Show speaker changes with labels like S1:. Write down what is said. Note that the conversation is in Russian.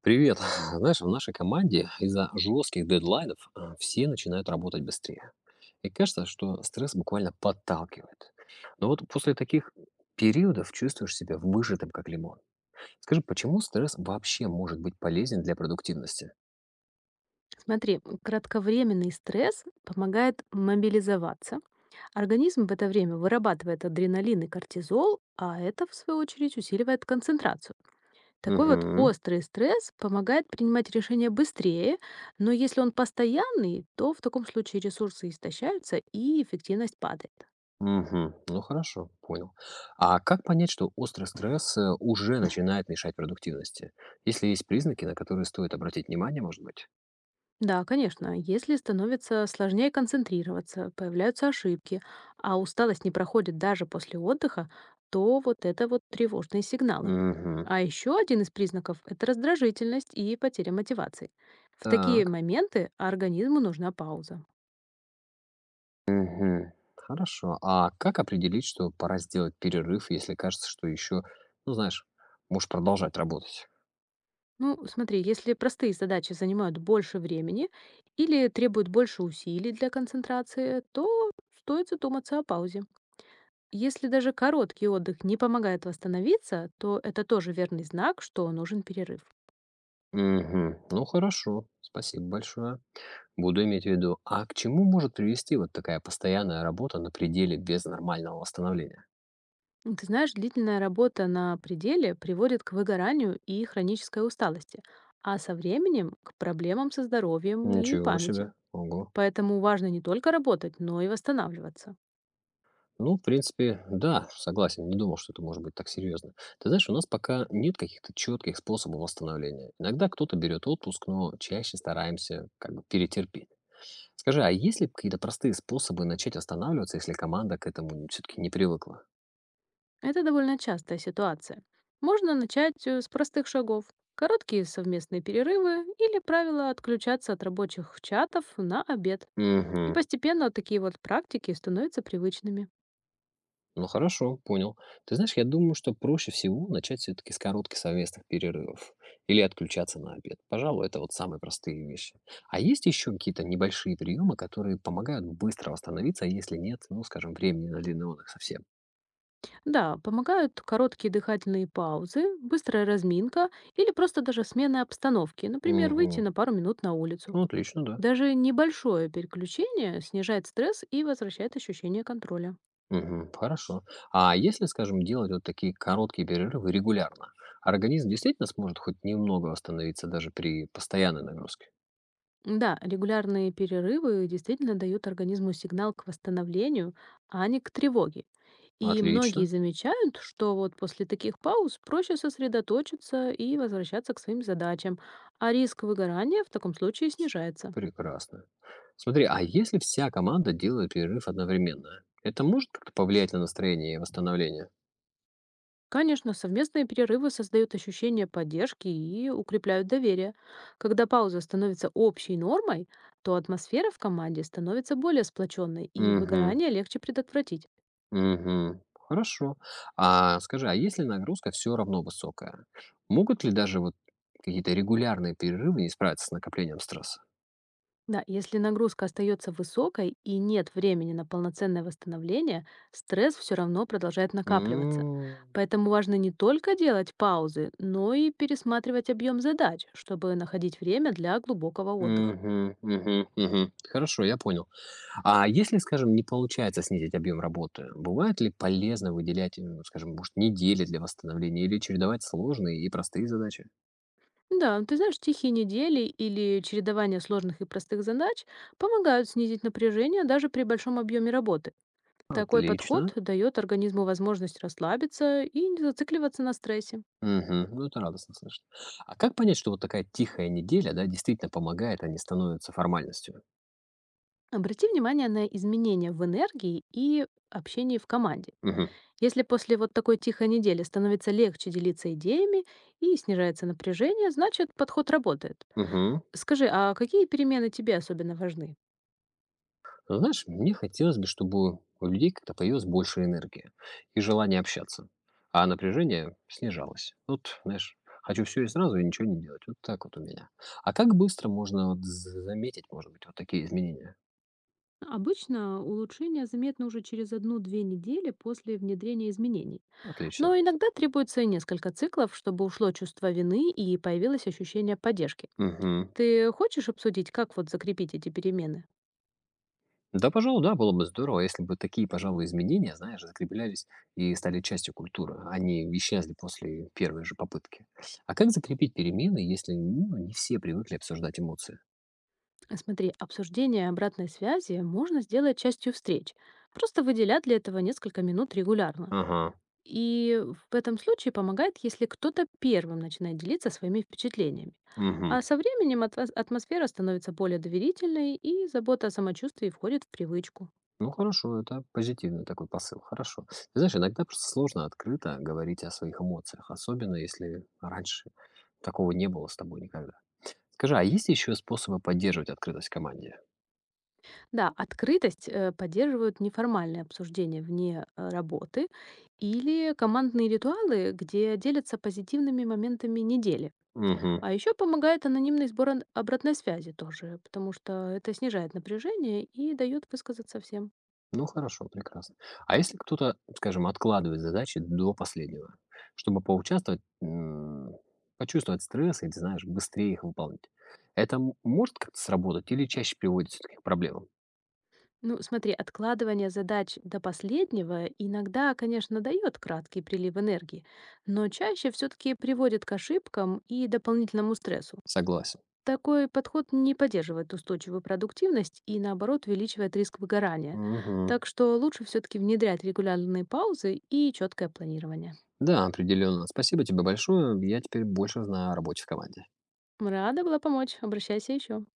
S1: Привет. Знаешь, в нашей команде из-за жестких дедлайнов все начинают работать быстрее. И кажется, что стресс буквально подталкивает. Но вот после таких периодов чувствуешь себя выжатым, как лимон. Скажи, почему стресс вообще может быть полезен для продуктивности?
S2: Смотри, кратковременный стресс помогает мобилизоваться. Организм в это время вырабатывает адреналин и кортизол, а это, в свою очередь, усиливает концентрацию. Такой вот
S1: Угу,
S2: острый стресс помогает принимать решения быстрее, но если он постоянный, то в таком случае ресурсы истощаются и эффективность падает.
S1: угу. Ну хорошо, понял. А как понять, что острый стресс уже начинает мешать продуктивности? Если есть признаки, на которые стоит обратить внимание, может быть?
S2: Да, конечно, если становится сложнее концентрироваться, появляются ошибки, а усталость не проходит даже после отдыха, то вот это вот тревожные сигналы.
S1: Угу.
S2: А еще один из признаков — это раздражительность и потеря мотивации. В такие
S1: Так.
S2: моменты организму нужна пауза.
S1: Мгм. Хорошо. А как определить, что пора сделать перерыв, если кажется, что еще, ну, знаешь, можешь продолжать работать?
S2: Ну, смотри, если простые задачи занимают больше времени или требуют больше усилий для концентрации, то стоит задуматься о паузе. Если даже короткий отдых не помогает восстановиться, то это тоже верный знак, что нужен перерыв.
S1: Мгм. Ну, хорошо. Спасибо большое. Буду иметь в виду. А к чему может привести вот такая постоянная работа на пределе без нормального восстановления?
S2: Ты знаешь, длительная работа на пределе приводит к выгоранию и хронической усталости, а со временем к проблемам со здоровьем и
S1: Ничего
S2: памяти.
S1: себе. Ого.
S2: Поэтому важно не только работать, но и восстанавливаться.
S1: Ну, в принципе, да, согласен, не думал, что это может быть так серьезно. Ты знаешь, у нас пока нет каких-то четких способов восстановления. Иногда кто-то берет отпуск, но чаще стараемся как бы перетерпеть. Скажи, а есть ли какие-то простые способы начать восстанавливаться, если команда к этому все-таки не привыкла?
S2: Это довольно частая ситуация. Можно начать с простых шагов. Короткие совместные перерывы или правило отключаться от рабочих чатов на обед. И
S1: Мгм.
S2: постепенно такие вот практики становятся привычными.
S1: Ну хорошо, понял. Ты знаешь, я думаю, что проще всего начать все-таки с коротких совместных перерывов или отключаться на обед. Пожалуй, это вот самые простые вещи. А есть еще какие-то небольшие приемы, которые помогают быстро восстановиться, а если нет, ну, скажем, времени на длинный отдых совсем?
S2: Да, помогают короткие дыхательные паузы, быстрая разминка или просто даже смена обстановки, например, выйти
S1: Угу.
S2: на пару минут на улицу.
S1: Ну, отлично, да.
S2: Даже небольшое переключение снижает стресс и возвращает ощущение контроля.
S1: Угу, хорошо. А если, скажем, делать вот такие короткие перерывы регулярно, организм действительно сможет хоть немного восстановиться даже при постоянной нагрузке?
S2: Да, регулярные перерывы действительно дают организму сигнал к восстановлению, а не к тревоге. И многие
S1: Отлично.
S2: замечают, что вот после таких пауз проще сосредоточиться и возвращаться к своим задачам, а риск выгорания в таком случае снижается.
S1: Прекрасно. Смотри, а если вся команда делает перерыв одновременно, это может как-то повлиять на настроение и восстановление?
S2: Конечно, совместные перерывы создают ощущение поддержки и укрепляют доверие. Когда пауза становится общей нормой, то атмосфера в команде становится более сплоченной, и
S1: Угу,
S2: выгорание легче предотвратить.
S1: угу. Хорошо. А скажи, а если нагрузка все равно высокая, могут ли даже вот какие-то регулярные перерывы не справиться с накоплением стресса?
S2: Да, если нагрузка остается высокой и нет времени на полноценное восстановление, стресс все равно продолжает накапливаться.
S1: М,
S2: Поэтому важно не только делать паузы, но и пересматривать объем задач, чтобы находить время для глубокого отдыха.
S1: мгм, мгм, мгм. Хорошо, я понял. А если, скажем, не получается снизить объем работы, бывает ли полезно выделять, скажем, может, недели для восстановления или чередовать сложные и простые задачи?
S2: Да, ты знаешь, тихие недели или чередование сложных и простых задач помогают снизить напряжение даже при большом объеме работы. Такой подход
S1: Отлично.
S2: дает организму возможность расслабиться и не зацикливаться на стрессе.
S1: Мгм. Ну, это радостно слышать. А как понять, что вот такая тихая неделя, да, действительно помогает, а не становится формальностью?
S2: Обрати внимание на изменения в энергии и общении в команде. Если после вот такой тихой недели становится легче делиться идеями и снижается напряжение, значит, подход работает.
S1: Угу.
S2: Скажи, а какие перемены тебе особенно важны?
S1: Знаешь, мне хотелось бы, чтобы у людей как-то появилась больше энергии и желания общаться, а напряжение снижалось. Вот, знаешь, хочу все и сразу, и ничего не делать. Вот так вот у меня. А как быстро можно вот заметить, может быть, вот такие изменения?
S2: Обычно улучшение заметно уже через 1-2 недели после внедрения изменений.
S1: Отлично.
S2: Но иногда требуется и несколько циклов, чтобы ушло чувство вины и появилось ощущение поддержки.
S1: Мгм.
S2: Ты хочешь обсудить, как вот закрепить эти перемены?
S1: Да, пожалуй, да, было бы здорово, если бы такие, пожалуй, изменения, знаешь, закреплялись и стали частью культуры, они исчезли после первой же попытки. А как закрепить перемены, если ну, не все привыкли обсуждать эмоции?
S2: Смотри, обсуждение обратной связи можно сделать частью встреч. Просто выделять для этого несколько минут регулярно.
S1: Ага,
S2: И в этом случае помогает, если кто-то первым начинает делиться своими впечатлениями.
S1: угу.
S2: А со временем атмосфера становится более доверительной, и забота о самочувствии входит в привычку.
S1: Ну хорошо, это позитивный такой посыл, хорошо. Ты знаешь, иногда просто сложно открыто говорить о своих эмоциях, особенно если раньше такого не было с тобой никогда. Скажи, а есть еще способы поддерживать открытость в команде?
S2: Да, открытость поддерживают неформальные обсуждения вне работы или командные ритуалы, где делятся позитивными моментами недели.
S1: Угу.
S2: А еще помогает анонимный сбор обратной связи тоже, потому что это снижает напряжение и дает высказаться всем.
S1: Ну хорошо, прекрасно. А если кто-то, скажем, откладывает задачи до последнего, чтобы поучаствовать, почувствовать стресс или, знаешь, быстрее их выполнить, это может как-то сработать или чаще приводит все-таки к проблемам?
S2: Ну, смотри, откладывание задач до последнего иногда, конечно, дает краткий прилив энергии, но чаще все-таки приводит к ошибкам и дополнительному стрессу.
S1: Согласен.
S2: Такой подход не поддерживает устойчивую продуктивность и, наоборот, увеличивает риск выгорания.
S1: Мгм.
S2: Так что лучше все-таки внедрять регулярные паузы и четкое планирование.
S1: Да, определенно. Спасибо тебе большое. Я теперь больше знаю о работе в команде.
S2: Рада была помочь. Обращайся еще.